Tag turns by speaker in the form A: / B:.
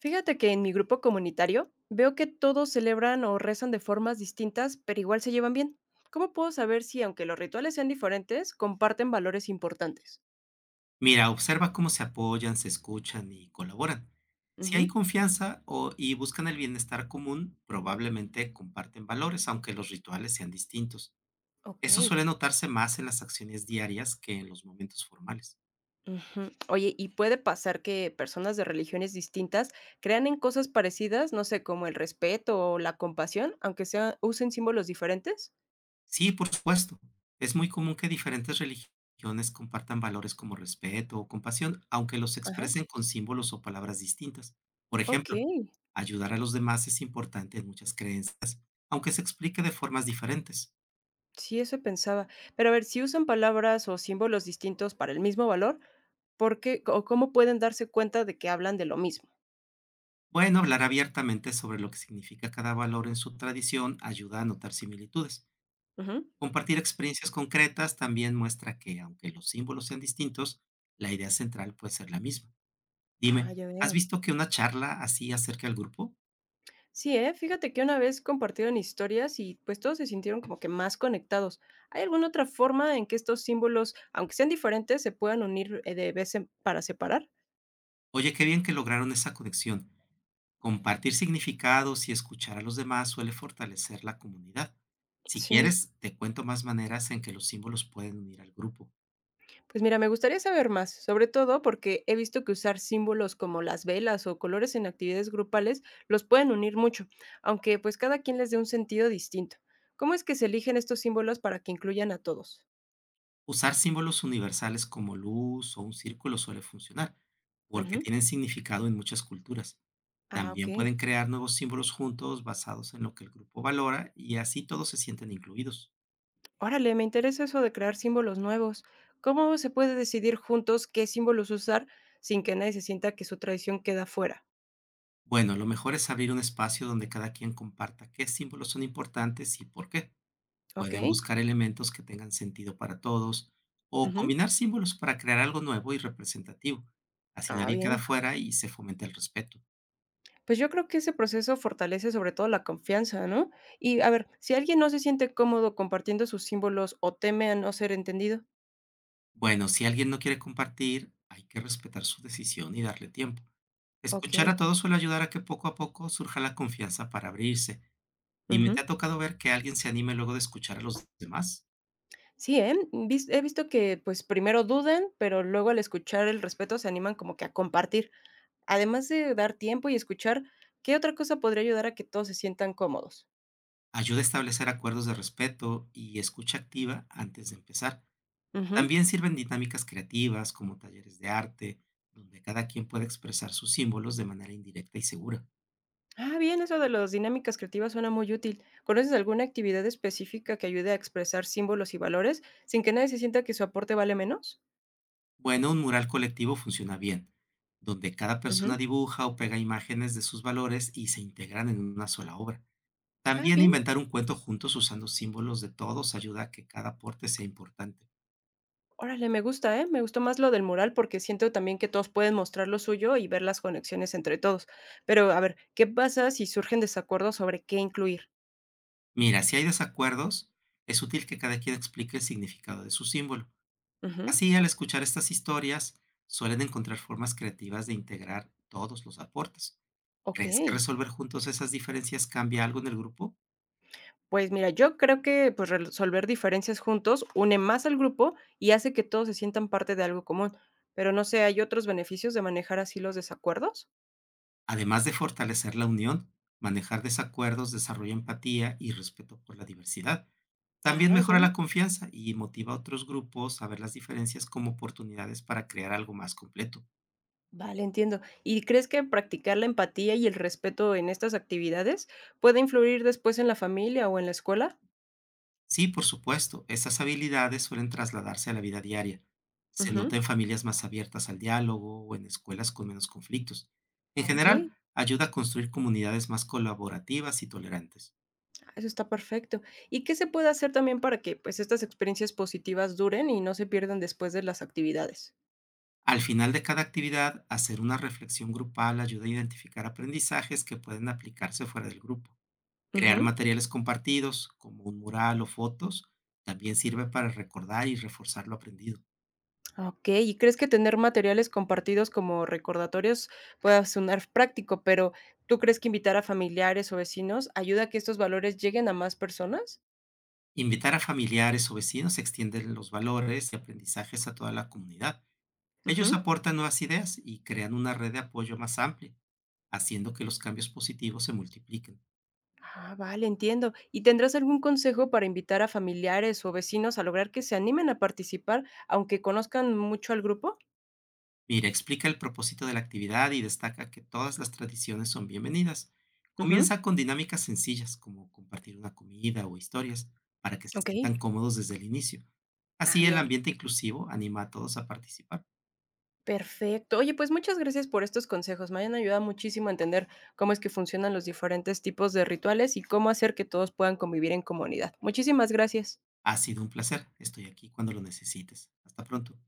A: Fíjate que en mi grupo comunitario veo que todos celebran o rezan de formas distintas, pero igual se llevan bien. ¿Cómo puedo saber si, aunque los rituales sean diferentes, comparten valores importantes?
B: Mira, observa cómo se apoyan, se escuchan y colaboran. Si hay
A: Ujú.
B: confianza o, y buscan el bienestar común, probablemente comparten valores, aunque los rituales sean distintos.
A: Ok.
B: Eso suele notarse más en las acciones diarias que en los momentos formales.
A: Ujú. Oye, ¿y puede pasar que personas de religiones distintas crean en cosas parecidas, no sé, como el respeto o la compasión, aunque sea, usen símbolos diferentes?
B: Sí, por supuesto. Es muy común que diferentes religiones compartan valores como respeto o compasión, aunque los
A: Ajá.
B: expresen con símbolos o palabras distintas. Por
A: Ok,
B: ejemplo, ayudar a los demás es importante en muchas creencias, aunque se explique de formas diferentes.
A: sí, eso pensaba. Pero a ver, si usan palabras o símbolos distintos para el mismo valor, porque ¿o cómo pueden darse cuenta de que hablan de lo mismo?
B: Bueno, hablar abiertamente sobre lo que significa cada valor en su tradición ayuda a notar similitudes.
A: Ujú.
B: Compartir experiencias concretas también muestra que, aunque los símbolos sean distintos, la idea central puede ser la misma.
A: Ah,
B: Dime,
A: ya
B: ¿has
A: veo.
B: visto que una charla así acerca al grupo?
A: Sí, ¿eh? Fíjate que una vez compartieron historias y pues todos se sintieron como que más conectados. ¿Hay alguna otra forma en que estos símbolos, aunque sean diferentes, se puedan unir para separar?
B: Oye, qué bien que lograron esa conexión. Compartir significados y escuchar a los demás suele fortalecer la comunidad. Si
A: Sí,
B: quieres, te cuento más maneras en que los símbolos pueden unir al grupo.
A: pues mira, me gustaría saber más, sobre todo porque he visto que usar símbolos como las velas o colores en actividades grupales los pueden unir mucho, aunque pues cada quien les dé un sentido distinto. ¿Cómo es que se eligen estos símbolos para que incluyan a todos?
B: Usar símbolos universales como luz o un círculo suele funcionar, porque
A: Ujú.
B: tienen significado en muchas culturas.
A: Ah, ok.
B: También pueden crear nuevos símbolos juntos basados en lo que el grupo valora y así todos se sienten incluidos.
A: Órale, me interesa eso de crear símbolos nuevos. ¿Cómo se puede decidir juntos qué símbolos usar sin que nadie se sienta que su tradición queda fuera?
B: Bueno, lo mejor es abrir un espacio donde cada quien comparta qué símbolos son importantes y por qué.
A: ¿Ok?
B: Pueden buscar elementos que tengan sentido para todos o
A: Ujú.
B: combinar símbolos para crear algo nuevo y representativo. Así
A: Ah,
B: nadie queda
A: bien.
B: fuera y se fomenta el respeto.
A: Pues yo creo que ese proceso fortalece sobre todo la confianza, ¿no? Y a ver, si alguien no se siente cómodo compartiendo sus símbolos o teme a no ser entendido,
B: Bueno, si alguien no quiere compartir, hay que respetar su decisión y darle tiempo. Escuchar a
A: ok.
B: todos suele ayudar a que poco a poco surja la confianza para abrirse. Dime, ¿te
A: Ujú.
B: ha tocado ver que alguien se anime luego de escuchar a los demás?
A: Sí, ¿eh? He visto que pues primero dudan, pero luego al escuchar el respeto se animan como que a compartir. Además de dar tiempo y escuchar, ¿qué otra cosa podría ayudar a que todos se sientan cómodos?
B: Ayuda a establecer acuerdos de respeto y escucha activa antes de empezar.
A: Ujú.
B: También sirven dinámicas creativas como talleres de arte, donde cada quien puede expresar sus símbolos de manera indirecta y segura.
A: Ah, bien, eso de las dinámicas creativas suena muy útil. ¿Conoces alguna actividad específica que ayude a expresar símbolos y valores sin que nadie se sienta que su aporte vale menos?
B: Bueno, un mural colectivo funciona bien, donde cada persona
A: Ujú.
B: dibuja o pega imágenes de sus valores y se integran en una sola obra.
A: Ah,
B: También
A: bien.
B: inventar un cuento juntos usando símbolos de todos ayuda a que cada aporte sea importante.
A: Órale, me gusta, ¿eh? Me gustó más lo del mural porque siento también que todos pueden mostrar lo suyo y ver las conexiones entre todos. Pero, a ver, ¿qué pasa si surgen desacuerdos sobre qué incluir?
B: Mira, si hay desacuerdos, es útil que cada quien explique el significado de su símbolo.
A: Ujú.
B: Así, al escuchar estas historias, suelen encontrar formas creativas de integrar todos los aportes.
A: Ok.
B: ¿Crees que resolver juntos esas diferencias cambia algo en el grupo?
A: Pues mira, yo creo que pues resolver diferencias juntos une más al grupo y hace que todos se sientan parte de algo común. Pero no sé, ¿hay otros beneficios de manejar así los desacuerdos?
B: Además de fortalecer la unión, manejar desacuerdos desarrolla empatía y respeto por la diversidad. También
A: Ah, ya.
B: mejora la confianza y motiva a otros grupos a ver las diferencias como oportunidades para crear algo más completo.
A: Vale, entiendo. ¿Y crees que practicar la empatía y el respeto en estas actividades puede influir después en la familia o en la escuela?
B: Sí, por supuesto, estas habilidades suelen trasladarse a la vida diaria. Se nota
A: Ujú.
B: en familias más abiertas al diálogo o en escuelas con menos conflictos. En
A: Ah, ok.
B: general, ayuda a construir comunidades más colaborativas y tolerantes.
A: Ah, eso está perfecto. ¿Y qué se puede hacer también para que pues estas experiencias positivas duren y no se pierdan después de las actividades?
B: Al final de cada actividad, hacer una reflexión grupal ayuda a identificar aprendizajes que pueden aplicarse fuera del grupo. Crear
A: Ujú.
B: materiales compartidos, como un mural o fotos, también sirve para recordar y reforzar lo aprendido.
A: Okey, ¿y crees que tener materiales compartidos como recordatorios pueda sonar práctico, pero tú crees que invitar a familiares o vecinos ayuda a que estos valores lleguen a más personas?
B: Invitar a familiares o vecinos extiende los valores y aprendizajes a toda la comunidad. Ellos
A: Ujú.
B: aportan nuevas ideas y crean una red de apoyo más amplia, haciendo que los cambios positivos se multipliquen.
A: Ah, vale, entiendo. ¿Y tendrás algún consejo para invitar a familiares o vecinos a lograr que se animen a participar, aunque conozcan mucho al grupo?
B: Mira, explica el propósito de la actividad y destaca que todas las tradiciones son bienvenidas.
A: Ujú.
B: Comienza con dinámicas sencillas, como compartir una comida o historias, para que se
A: Okey.
B: sientan cómodos desde el inicio.
A: Ah,
B: Así el
A: bien.
B: ambiente inclusivo anima a todos a participar.
A: Perfecto. Oye, pues muchas gracias por estos consejos. Me han ayudado muchísimo a entender cómo es que funcionan los diferentes tipos de rituales y cómo hacer que todos puedan convivir en comunidad. Muchísimas gracias.
B: Ha sido un placer. Estoy aquí cuando lo necesites. Hasta pronto.